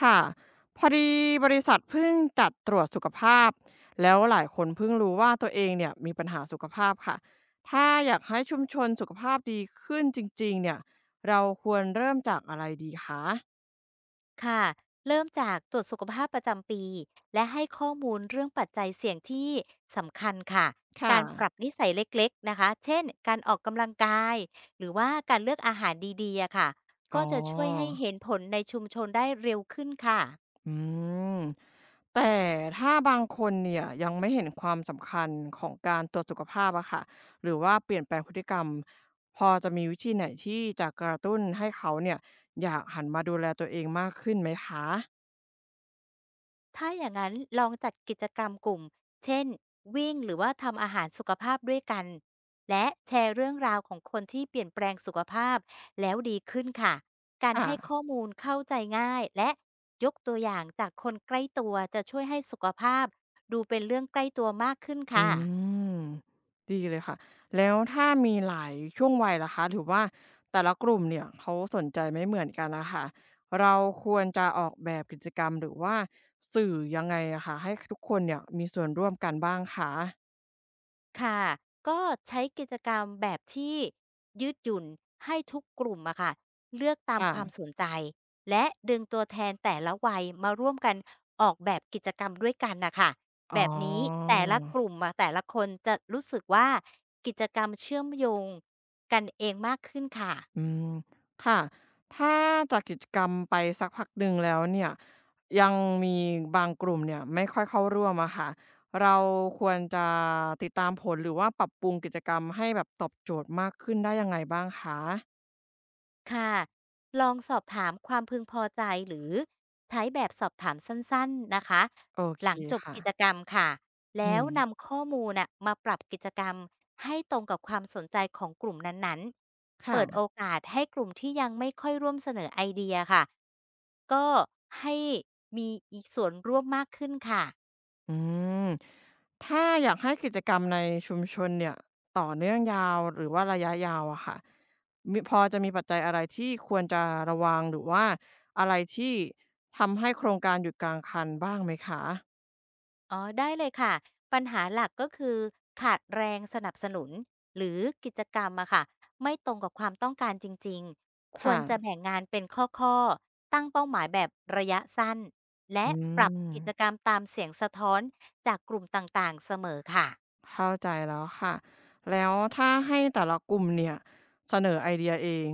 ค่ะพอดีบริษัทเพิ่งจัดตรวจสุขภาพแล้วหลายคนเพิ่งรู้ว่าตัวเองเนี่ยมีปัญหาสุขภาพค่ะถ้าอยากให้ชุมชนสุขภาพดีขึ้นจริงๆเนี่ยเราควรเริ่มจากอะไรดีคะค่ะ เริ่มจากตรวจสุขภาพประจำปี และให้ข้อมูลเรื่องปัจจัยเสี่ยงที่สำคัญค่ะ ค่ะการปรับนิสัยเล็กๆนะคะ เช่น การออกกำลังกาย หรือว่าการเลือกอาหารดีๆอะค่ะ อ๋อ ก็จะช่วยให้เห็นผลในชุมชนได้เร็วขึ้นค่ะ อืมแต่ถ้าบางคนเนี่ยยังไม่เห็นความสำคัญของการตรวจสุขภาพอะค่ะหรือว่าเปลี่ยนแปลงพฤติกรรมพอจะมีวิธีไหนที่จะกระตุ้นให้เขาเนี่ยอยากหันมาดูแลตัวเองมากขึ้นไหมคะถ้าอย่างนั้นลองจัดกิจกรรมกลุ่มเช่นวิ่งหรือว่าทำอาหารสุขภาพด้วยกันและแชร์เรื่องราวของคนที่เปลี่ยนแปลงสุขภาพแล้วดีขึ้นค่ะการอา ให้ข้อมูลเข้าใจง่ายและยกตัวอย่างจากคนใกล้ตัวจะช่วยให้สุขภาพดูเป็นเรื่องใกล้ตัวมากขึ้นอืค่ะ มดีเลยค่ะแล้วถ้ามีหลายช่วงวัยล่ะคะถือว่าแต่ละกลุ่มเนี่ยเขาสนใจไม่เหมือนกันนะคะเราควรจะออกแบบกิจกรรมหรือว่าสื่อยังไงอะคะให้ทุกคนเนี่ยมีส่วนร่วมกันบ้างคะค่ะก็ใช้กิจกรรมแบบที่ยืดหยุ่นให้ทุกกลุ่มอะค่ะเลือกตามความค่ะสนใจและดึงตัวแทนแต่ละวัยมาร่วมกันออกแบบกิจกรรมด้วยกันนะค่ะอ๋อ แบบนี้แต่ละกลุ่มอะแต่ละคนจะรู้สึกว่ากิจกรรมเชื่อมโยงกันเองมากขึ้นค่ะ อืมค่ะถ้าจากกิจกรรมไปสักพักหนึ่งแล้วเนี่ยยังมีบางกลุ่มเนี่ยไม่ค่อยเข้าร่วมอะค่ะเราควรจะติดตามผลหรือว่าปรับปรุงกิจกรรมให้แบบตอบโจทย์มากขึ้นได้ยังไงบ้างคะค่ะ ลองสอบถามความพึงพอใจหรือใช้แบบสอบถามสั้นๆนะคะ โอเคหลังจบค่ะกิจกรรมค่ะ อืแล้วมนำข้อมูลนะมาปรับกิจกรรมให้ตรงกับความสนใจของกลุ่มนั้นๆ ค่ะ เปิดโอกาสให้กลุ่มที่ยังไม่ค่อยร่วมเสนอไอเดียค่ะ ก็ให้มีอีกส่วนร่วมมากขึ้นค่ะ อืมถ้าอยากให้กิจกรรมในชุมชนเนี่ยต่อเนื่องยาวหรือว่าระยะยาวอะค่ะมิพอจะมีปัจจัยอะไรที่ควรจะระวังหรือว่าอะไรที่ทำให้โครงการหยุดกลางคันบ้างไหมคะอ๋อได้เลยค่ะปัญหาหลักก็คือขาดแรงสนับสนุนหรือกิจกรรมอะค่ะไม่ตรงกับความต้องการจริงๆควค่ะรจะแบ่งงานเป็นข้อๆตั้งเป้าหมายแบบระยะสั้นและอืปรับมกิจกรรมตามเสียงสะท้อนจากกลุ่มต่างๆเสมอค่ะ เข้าใจแล้วค่ะแล้วถ้าให้แต่ละกลุ่มเนี่ยเสนอไอเดียเอง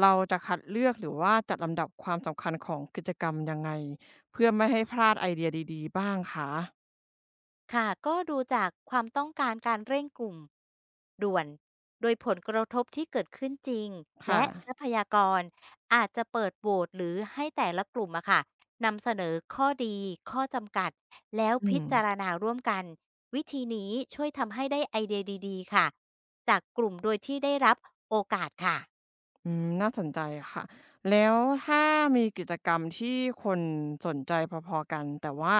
เราจะคัดเลือกหรือว่าจัดลำดับความสำคัญของกิจกรรมยังไงเพื่อไม่ให้พลาดไอเดียดีๆบ้างคะค่ะก็ดูจากความต้องการการเร่งกลุ่มด่วน โดยผลกระทบที่เกิดขึ้นจริง ค่ะ และทรัพยากรอาจจะเปิดโหวตหรือให้แต่ละกลุ่มอะค่ะนำเสนอข้อดีข้อจำกัด แล้วอืพิมจารณาร่วมกัน วิธีนี้ช่วยทำให้ได้ไอเดียดีๆค่ะจากกลุ่มโดยที่ได้รับโอกาสค่ะ อืม น่าสนใจค่ะ แล้วถ้ามีกิจกรรมที่คนสนใจพอๆกันแต่ว่า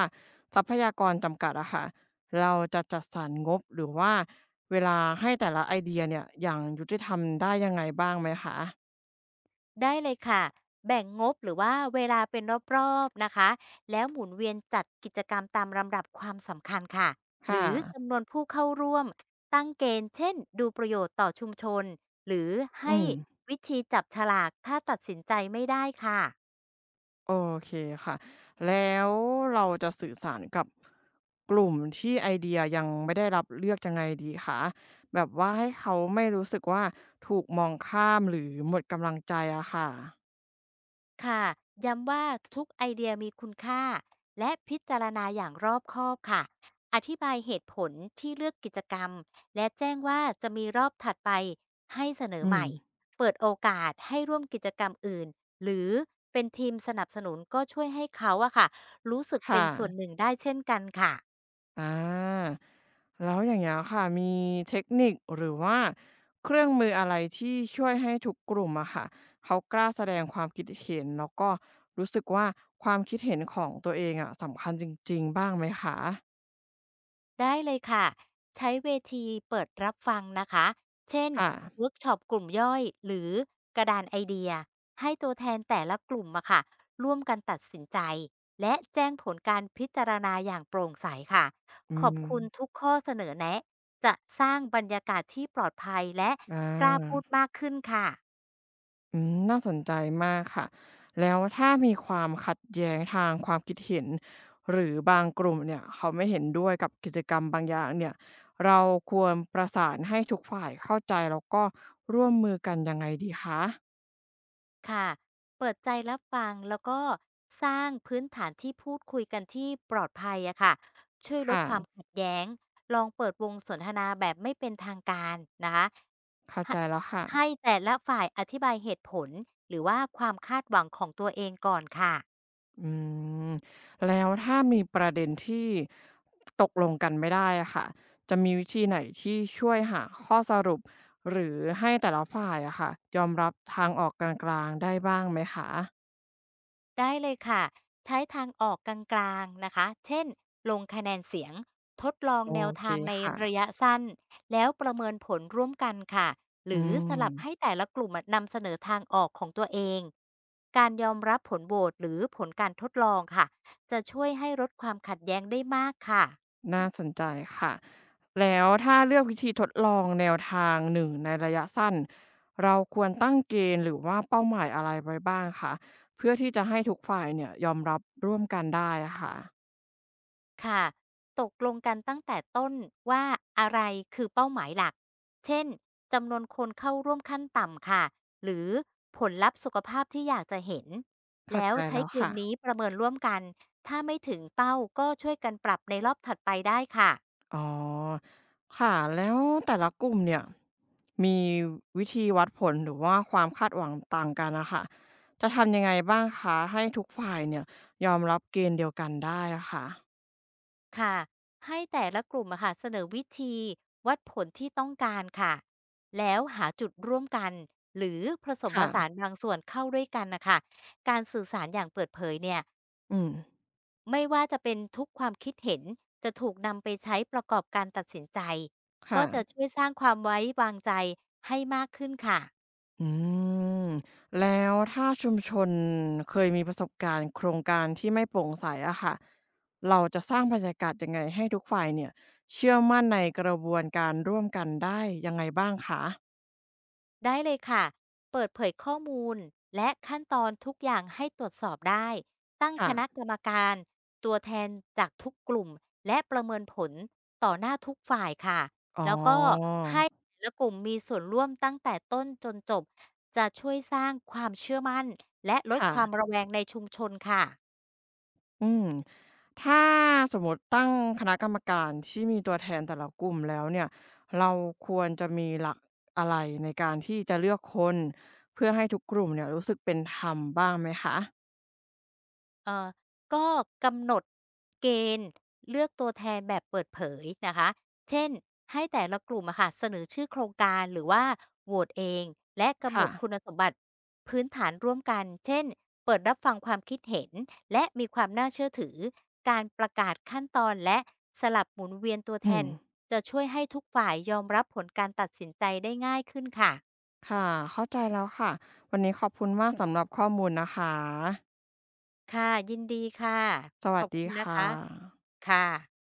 ทรัพยากรจำกัดอะค่ะเราจะจัดสรรงบหรือว่าเวลาให้แต่ละไอเดียเนี่ยอย่างยุติธรรมได้ยังไงบ้างไหมคะได้เลยค่ะ แบ่งงบหรือว่าเวลาเป็นรอบๆนะคะ แล้วหมุนเวียนจัดกิจกรรมตามลำดับความสำคัญค่ะ หค่ะรือจำนวนผู้เข้าร่วม ตั้งเกณฑ์เช่นดูประโยชน์ต่อชุมชน หรือให้อืม วิธีจับฉลากถ้าตัดสินใจไม่ได้ค่ะ โอเคค่ะ แล้วเราจะสื่อสารกับกลุ่มที่ไอเดียยังไม่ได้รับเลือกยังไงดีคะแบบว่าให้เขาไม่รู้สึกว่าถูกมองข้ามหรือหมดกำลังใจอะค่ะค่ะย้ำว่าทุกไอเดียมีคุณค่าและพิจารณาอย่างรอบคอบค่ะอธิบายเหตุผลที่เลือกกิจกรรมและแจ้งว่าจะมีรอบถัดไปให้เสนออืใหมม่เปิดโอกาสให้ร่วมกิจกรรมอื่นหรือเป็นทีมสนับสนุนก็ช่วยให้เขาอะค่ะรู้สึกเป็ค่ะนส่วนหนึ่งได้เช่นกันค่ะ อาแล้วอย่างเงี้ยค่ะมีเทคนิคหรือว่าเครื่องมืออะไรที่ช่วยให้ทุกกลุ่มอะค่ะเขากล้าแสดงความคิดเห็นแล้วก็รู้สึกว่าความคิดเห็นของตัวเองอะสำคัญจริงๆบ้างไหมคะได้เลยค่ะใช้เวทีเปิดรับฟังนะคะเช่นค่ะ เวิร์กช็อปกลุ่มย่อยหรือกระดานไอเดียให้ตัวแทนแต่ละกลุ่มอะค่ะร่วมกันตัดสินใจและแจ้งผลการพิจารณาอย่างโปร่งใสค่ะอืขอบมคุณทุกข้อเสนอแนะจะสร้างบรรยากาศที่ปลอดภัยและอากล้าพูดมากขึ้นค่ะ อืมน่าสนใจมากค่ะแล้วถ้ามีความขัดแย้งทางความคิดเห็นหรือบางกลุ่มเนี่ยเขาไม่เห็นด้วยกับกิจกรรมบางอย่างเนี่ยเราควรประสานให้ทุกฝ่ายเข้าใจแล้วก็ร่วมมือกันยังไงดีคะค่ะเปิดใจรับฟังแล้วก็สร้างพื้นฐานที่พูดคุยกันที่ปลอดภัยอะค่ะช่วยลดค่ะความขัดแย้ง ลองเปิดวงสนทนาแบบไม่เป็นทางการนะคะเข้าใจให้แล้วค่ะ ให้แต่ละฝ่ายอธิบายเหตุผลหรือว่าความคาดหวังของตัวเองก่อนค่ะ อืมแล้วถ้ามีประเด็นที่ตกลงกันไม่ได้อะค่ะจะมีวิธีไหนที่ช่วยหาข้อสรุปหรือให้แต่ละฝ่ายอะค่ะยอมรับทางออกกลางๆได้บ้างไหมคะได้เลยค่ะใช้ทางออกกลางๆนะคะเช่นลงคะแนนเสียงทดลองโอแนวเคทางในค่ะระยะสั้นแล้วประเมินผลร่วมกันค่ะหอืรือสลับให้มแต่ละกลุ่มนำเสนอทางออกของตัวเองการยอมรับผลโหวตหรือผลการทดลองค่ะจะช่วยให้ลดความขัดแย้งได้มากค่ะ น่าสนใจค่ะแล้วถ้าเลือกวิธีทดลองแนวทางหนึ่งในระยะสั้นเราควรตั้งเกณฑ์หรือว่าเป้าหมายอะไรไว้บ้างคะเพื่อที่จะให้ทุกฝ่ายเนี่ยยอมรับร่วมกันได้อะค่ะค่ะ ตกลงกันตั้งแต่ต้นว่าอะไรคือเป้าหมายหลัก เช่นจำนวนคนเข้าร่วมขั้นต่ำค่ะ หรือผลลัพธ์สุขภาพที่อยากจะเห็น เข้าแล้วใจใช้แล้วเกค่ะ ณฑ์นี้ประเมินร่วมกัน ถ้าไม่ถึงเป้าก็ช่วยกันปรับในรอบถัดไปได้ค่ะ อ๋อค่ะแล้วแต่ละกลุ่มเนี่ยมีวิธีวัดผลหรือว่าความคาดหวังต่างกันนะค่ะจะทำยังไงบ้างคะให้ทุกฝ่ายเนี่ยยอมรับเกณฑ์เดียวกันได้อะค่ะค่ะ ให้แต่ละกลุ่มอะค่ะเสนอวิธีวัดผลที่ต้องการค่ะ แล้วหาจุดร่วมกันหรือผสมผค่ะสานบางส่วนเข้าด้วยกันนะคะการสื่อสารอย่างเปิดเผยเนี่ย อืมไม่ว่าจะเป็นทุกความคิดเห็นจะถูกนำไปใช้ประกอบการตัดสินใจค่ะก็จะช่วยสร้างความไว้วางใจให้มากขึ้นค่ะอืมแล้วถ้าชุมชนเคยมีประสบการณ์โครงการที่ไม่โปร่งใสอะค่ะเราจะสร้างบรรยากาศยังไงให้ทุกฝ่ายเนี่ยเชื่อมั่นในกระบวนการร่วมกันได้ยังไงบ้างคะได้เลยค่ะเปิดเผยข้อมูลและขั้นตอนทุกอย่างให้ตรวจสอบได้ตั้งคณะค่ะกรรมการตัวแทนจากทุกกลุ่มและประเมินผลต่อหน้าทุกฝ่ายค่ะอ๋อ แล้วก็ให้แต่ละกลุ่มมีส่วนร่วมตั้งแต่ต้นจนจบจะช่วยสร้างความเชื่อมั่นและลดความค่ะระแวงในชุมชนค่ะ อืมถ้าสมมติตั้งคณะกรรมการที่มีตัวแทนแต่ละกลุ่มแล้วเนี่ยเราควรจะมีหลักอะไรในการที่จะเลือกคนเพื่อให้ทุกกลุ่มเนี่ยรู้สึกเป็นธรรมบ้างไหมคะเอ่อก็กำหนดเกณฑ์เลือกตัวแทนแบบเปิดเผยนะคะ เช่นให้แต่ละกลุ่มอะค่ะเสนอชื่อโครงการหรือว่าโหวตเองและกำหนค่ะดคุณสมบัติพื้นฐานร่วมกัน เช่นเปิดรับฟังความคิดเห็นและมีความน่าเชื่อถือการประกาศขั้นตอนและสลับหมุนเวียนตัวแทอืมนจะช่วยให้ทุกฝ่ายยอมรับผลการตัดสินใจได้ง่ายขึ้นค่ะค่ะเข้าใจแล้วค่ะ วันนี้ขอบคุณมากสำหรับข้อมูลนะคะ ค่ะยินดีค่ะสขวัอสบดีคุณนะค่ะคะค่ะ